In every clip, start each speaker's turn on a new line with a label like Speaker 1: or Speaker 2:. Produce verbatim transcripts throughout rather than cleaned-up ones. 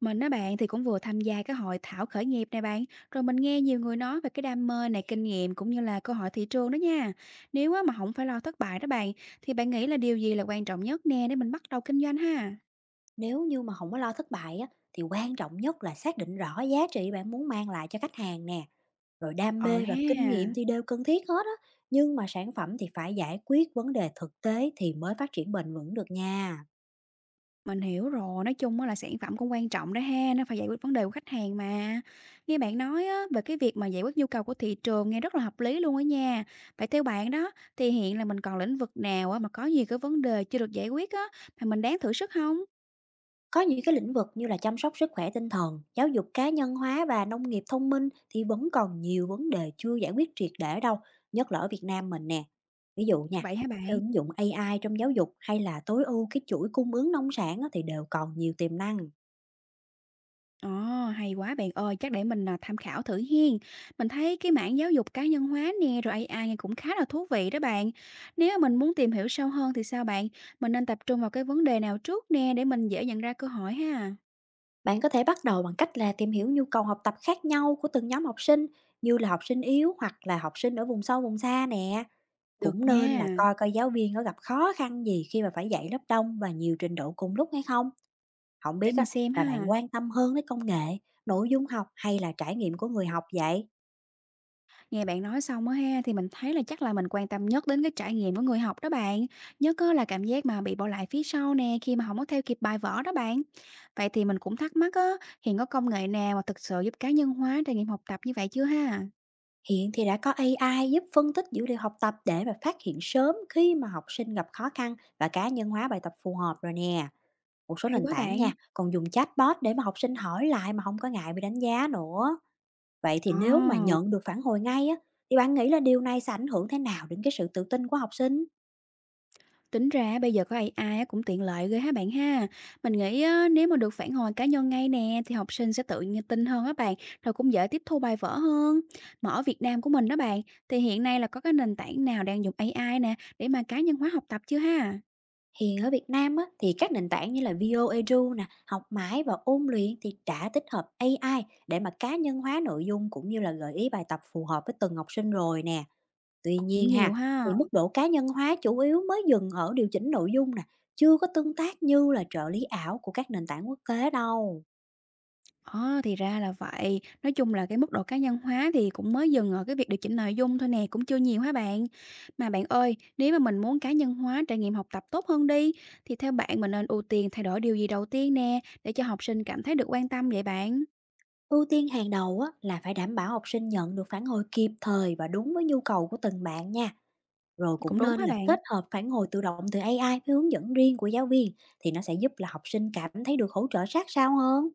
Speaker 1: Mình á bạn thì cũng vừa tham gia cái hội thảo khởi nghiệp này bạn, rồi mình nghe nhiều người nói về cái đam mê này, kinh nghiệm cũng như là cơ hội thị trường đó nha. Nếu á mà không phải lo thất bại đó bạn, thì bạn nghĩ là điều gì là quan trọng nhất nè để mình bắt đầu kinh doanh ha?
Speaker 2: Nếu như mà không có lo thất bại á, thì quan trọng nhất là xác định rõ giá trị bạn muốn mang lại cho khách hàng nè, rồi đam
Speaker 1: Ờ
Speaker 2: mê và kinh
Speaker 1: ha,
Speaker 2: nghiệm thì đều cần thiết hết á, nhưng mà sản phẩm thì phải giải quyết vấn đề thực tế thì mới phát triển bền vững được nha.
Speaker 1: mình hiểu rồi, nói chung á là sản phẩm cũng quan trọng đó ha, nó phải giải quyết vấn đề của khách hàng mà. Nghe bạn nói á, về cái việc mà giải quyết nhu cầu của thị trường nghe rất là hợp lý luôn á nha. Vậy theo bạn đó, thì hiện là mình còn lĩnh vực nào á mà có nhiều cái vấn đề chưa được giải quyết á, mà mình đáng thử sức không?
Speaker 2: Có những cái lĩnh vực như là chăm sóc sức khỏe tinh thần, giáo dục cá nhân hóa và nông nghiệp thông minh thì vẫn còn nhiều vấn đề chưa giải quyết triệt để đâu, nhất là ở Việt Nam mình nè. Ví dụ nha,
Speaker 1: Vậy hả
Speaker 2: cái
Speaker 1: bạn?
Speaker 2: ứng dụng a i trong giáo dục hay là tối ưu cái chuỗi cung ứng nông sản á thì đều còn nhiều tiềm năng.
Speaker 1: Ồ, hay quá bạn ơi, chắc để mình, à, tham khảo thử hiên. Mình thấy cái mảng giáo dục cá nhân hóa nè, rồi a i nghe cũng khá là thú vị đó bạn. Nếu mà mình muốn tìm hiểu sâu hơn thì sao bạn? Mình nên tập trung vào cái vấn đề nào trước nè để mình dễ nhận ra cơ hội ha?
Speaker 2: Bạn có thể bắt đầu bằng cách là tìm hiểu nhu cầu học tập khác nhau của từng nhóm học sinh, như là học sinh yếu hoặc là học sinh ở vùng sâu vùng xa nè.
Speaker 1: Được
Speaker 2: Cũng nên là
Speaker 1: nha,
Speaker 2: coi coi giáo viên có gặp khó khăn gì khi mà phải dạy lớp đông và nhiều trình độ cùng lúc hay không. Không
Speaker 1: để
Speaker 2: biết
Speaker 1: mình
Speaker 2: á,
Speaker 1: xem
Speaker 2: là
Speaker 1: ha.
Speaker 2: bạn quan tâm hơn đến công nghệ, nội dung học hay là trải nghiệm của người học vậy?
Speaker 1: Nghe bạn nói xong á ha, thì mình thấy là chắc là mình quan tâm nhất đến cái trải nghiệm của người học đó bạn. Nhất á là cảm giác mà bị bỏ lại phía sau nè, khi mà không có theo kịp bài vở đó bạn. Vậy thì mình cũng thắc mắc á, hiện có công nghệ nào mà thực sự giúp cá nhân hóa trải nghiệm học tập như vậy chưa ha?
Speaker 2: Hiện thì đã có a i giúp phân tích dữ liệu học tập để mà phát hiện sớm khi mà học sinh gặp khó khăn và cá nhân hóa bài tập phù hợp rồi nè. Một số
Speaker 1: Hay
Speaker 2: nền
Speaker 1: quá
Speaker 2: tảng
Speaker 1: bạn.
Speaker 2: nha, còn dùng chatbot để mà học sinh hỏi lại mà không có ngại bị đánh giá nữa. Vậy thì nếu mà
Speaker 1: Ồ.
Speaker 2: nhận được phản hồi ngay á, thì bạn nghĩ là điều này sẽ ảnh hưởng thế nào đến cái sự tự tin của học sinh?
Speaker 1: Tính ra bây giờ có a i á cũng tiện lợi ghê ha bạn ha. Mình nghĩ á, nếu mà được phản hồi cá nhân ngay nè thì học sinh sẽ tự nhiên tin hơn á bạn, rồi cũng dễ tiếp thu bài vở hơn. Mà ở Việt Nam của mình đó bạn, thì hiện nay là có cái nền tảng nào đang dùng a i nè để mà cá nhân hóa học tập chưa ha?
Speaker 2: Hiện ở Việt Nam á, thì các nền tảng như là Vio Edu nè, Học Mãi và Ôn Luyện thì đã tích hợp a i để mà cá nhân hóa nội dung cũng như là gợi ý bài tập phù hợp với từng học sinh rồi nè. Tuy
Speaker 1: Cũng
Speaker 2: nhiên ha,
Speaker 1: nhiều ha.
Speaker 2: thì mức độ cá nhân hóa chủ yếu mới dừng ở điều chỉnh nội dung nè, chưa có tương tác như là trợ lý ảo của các nền tảng quốc tế đâu.
Speaker 1: Ờ, thì ra là vậy. Nói chung là cái mức độ cá nhân hóa thì cũng mới dừng ở cái việc điều chỉnh nội dung thôi nè, cũng chưa nhiều hả bạn? Mà bạn ơi, nếu mà mình muốn cá nhân hóa trải nghiệm học tập tốt hơn đi, thì theo bạn mình nên ưu tiên thay đổi điều gì đầu tiên nè, để cho học sinh cảm thấy được quan tâm vậy bạn?
Speaker 2: Ưu tiên hàng đầu á, là phải đảm bảo học sinh nhận được phản hồi kịp thời và đúng với nhu cầu của từng bạn nha. Rồi
Speaker 1: Cũng
Speaker 2: cũng
Speaker 1: đúng
Speaker 2: nên
Speaker 1: hả
Speaker 2: là
Speaker 1: bạn?
Speaker 2: kết hợp phản hồi tự động từ a i với hướng dẫn riêng của giáo viên, thì nó sẽ giúp là học sinh cảm thấy được hỗ trợ sát sao hơn.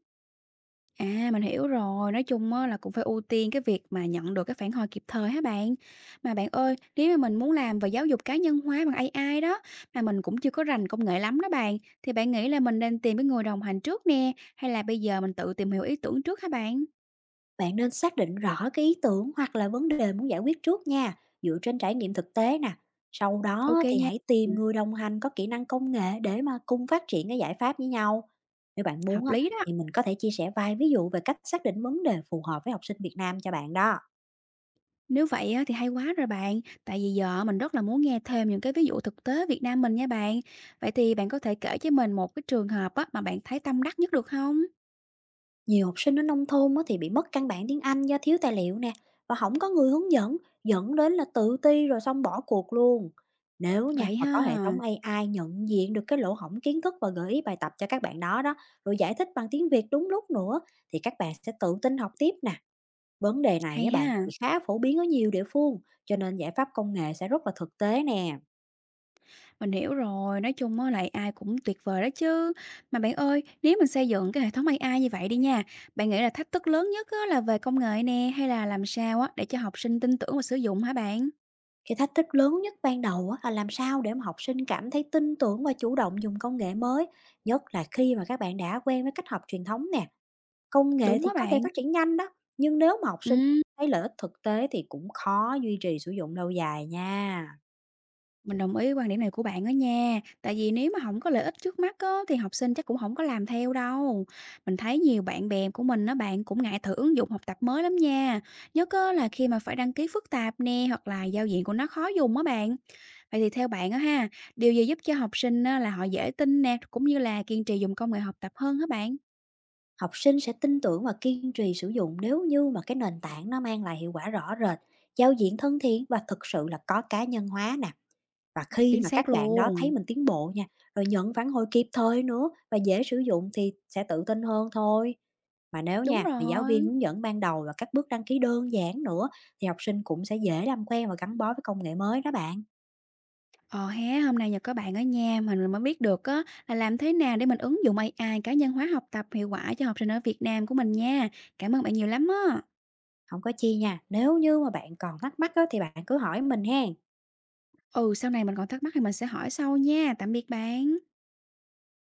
Speaker 1: À, mình hiểu rồi, nói chung á là cũng phải ưu tiên cái việc mà nhận được cái phản hồi kịp thời hả bạn? Mà bạn ơi, nếu mà mình muốn làm về giáo dục cá nhân hóa bằng a i đó, mà mình cũng chưa có rành công nghệ lắm đó bạn, thì bạn nghĩ là mình nên tìm cái người đồng hành trước nè, hay là bây giờ mình tự tìm hiểu ý tưởng trước hả bạn?
Speaker 2: Bạn nên xác định rõ cái ý tưởng hoặc là vấn đề muốn giải quyết trước nha, dựa trên trải nghiệm thực tế nè. Sau
Speaker 1: Ok
Speaker 2: đó thì
Speaker 1: nha,
Speaker 2: hãy
Speaker 1: ừ,
Speaker 2: tìm người đồng hành có kỹ năng công nghệ để mà cùng phát triển cái giải pháp với nhau. Nếu bạn muốn
Speaker 1: hợp
Speaker 2: á,
Speaker 1: lý đó.
Speaker 2: thì mình có thể chia sẻ vài ví dụ về cách xác định vấn đề phù hợp với học sinh Việt Nam cho bạn đó.
Speaker 1: Nếu vậy á, thì hay quá rồi bạn, tại vì giờ mình rất là muốn nghe thêm những cái ví dụ thực tế Việt Nam mình nha bạn. Vậy thì bạn có thể kể cho mình một cái trường hợp á, mà bạn thấy tâm đắc nhất được không?
Speaker 2: Nhiều học sinh ở nông thôn á thì bị mất căn bản tiếng Anh do thiếu tài liệu nè và không có người hướng dẫn, dẫn đến là tự ti rồi xong bỏ cuộc luôn. Nếu nha
Speaker 1: Vậy
Speaker 2: mà có hệ
Speaker 1: ha,
Speaker 2: thống ây ai nhận diện được cái lỗ hổng kiến thức và gợi ý bài tập cho các bạn đó đó, rồi giải thích bằng tiếng Việt đúng lúc nữa, thì các bạn sẽ tự tin học tiếp nè. Vấn đề này
Speaker 1: hay
Speaker 2: á bạn
Speaker 1: ha.
Speaker 2: thì khá phổ biến ở nhiều địa phương, cho nên giải pháp công nghệ sẽ rất là thực tế nè.
Speaker 1: Mình hiểu rồi, nói chung á là a i cũng tuyệt vời đó chứ. Mà bạn ơi, nếu mình xây dựng cái hệ thống a i như vậy đi nha, bạn nghĩ là thách thức lớn nhất á là về công nghệ nè, hay là làm sao á để cho học sinh tin tưởng và sử dụng hả bạn?
Speaker 2: Cái thách thức lớn nhất ban đầu á, là làm sao để mà học sinh cảm thấy tin tưởng và chủ động dùng công nghệ mới, nhất là khi mà các bạn đã quen với cách học truyền thống nè. Công nghệ
Speaker 1: Đúng
Speaker 2: thì
Speaker 1: á
Speaker 2: có thể
Speaker 1: bạn.
Speaker 2: phát triển nhanh đó, nhưng nếu mà học sinh
Speaker 1: Ừm,
Speaker 2: thấy lợi ích thực tế thì cũng khó duy trì sử dụng lâu dài nha.
Speaker 1: mình đồng ý quan điểm này của bạn đó nha. Tại vì nếu mà không có lợi ích trước mắt á thì học sinh chắc cũng không có làm theo đâu. Mình thấy nhiều bạn bè của mình á bạn cũng ngại thử ứng dụng học tập mới lắm nha. Nhớ cơ là khi mà phải đăng ký phức tạp nè, hoặc là giao diện của nó khó dùng á bạn. Vậy thì theo bạn á ha, điều gì giúp cho học sinh á là họ dễ tin nè, cũng như là kiên trì dùng công nghệ học tập hơn hả bạn?
Speaker 2: Học sinh sẽ tin tưởng và kiên trì sử dụng nếu như mà cái nền tảng nó mang lại hiệu quả rõ rệt, giao diện thân thiện và thực sự là có cá nhân hóa nè. Và khi
Speaker 1: Chính
Speaker 2: mà
Speaker 1: xác
Speaker 2: các bạn đó thấy
Speaker 1: luôn.
Speaker 2: mình tiến bộ nha, rồi nhận phản hồi kịp thời nữa và dễ sử dụng thì sẽ tự tin hơn thôi. Mà nếu
Speaker 1: Đúng
Speaker 2: nha, mà giáo viên
Speaker 1: rồi.
Speaker 2: hướng dẫn ban đầu và các bước đăng ký đơn giản nữa, thì học sinh cũng sẽ dễ làm quen và gắn bó với công nghệ mới đó bạn.
Speaker 1: Ờ ha, hôm nay nhờ có bạn ở nhà mà mình mới biết được á là làm thế nào để mình ứng dụng a i cá nhân hóa học tập hiệu quả cho học sinh ở Việt Nam của mình nha. Cảm ơn bạn nhiều lắm á.
Speaker 2: Không có chi nha, nếu như mà bạn còn thắc mắc á, thì bạn cứ hỏi mình hen.
Speaker 1: Ừ, sau này mình còn thắc mắc thì mình sẽ hỏi sau nha. Tạm biệt bạn.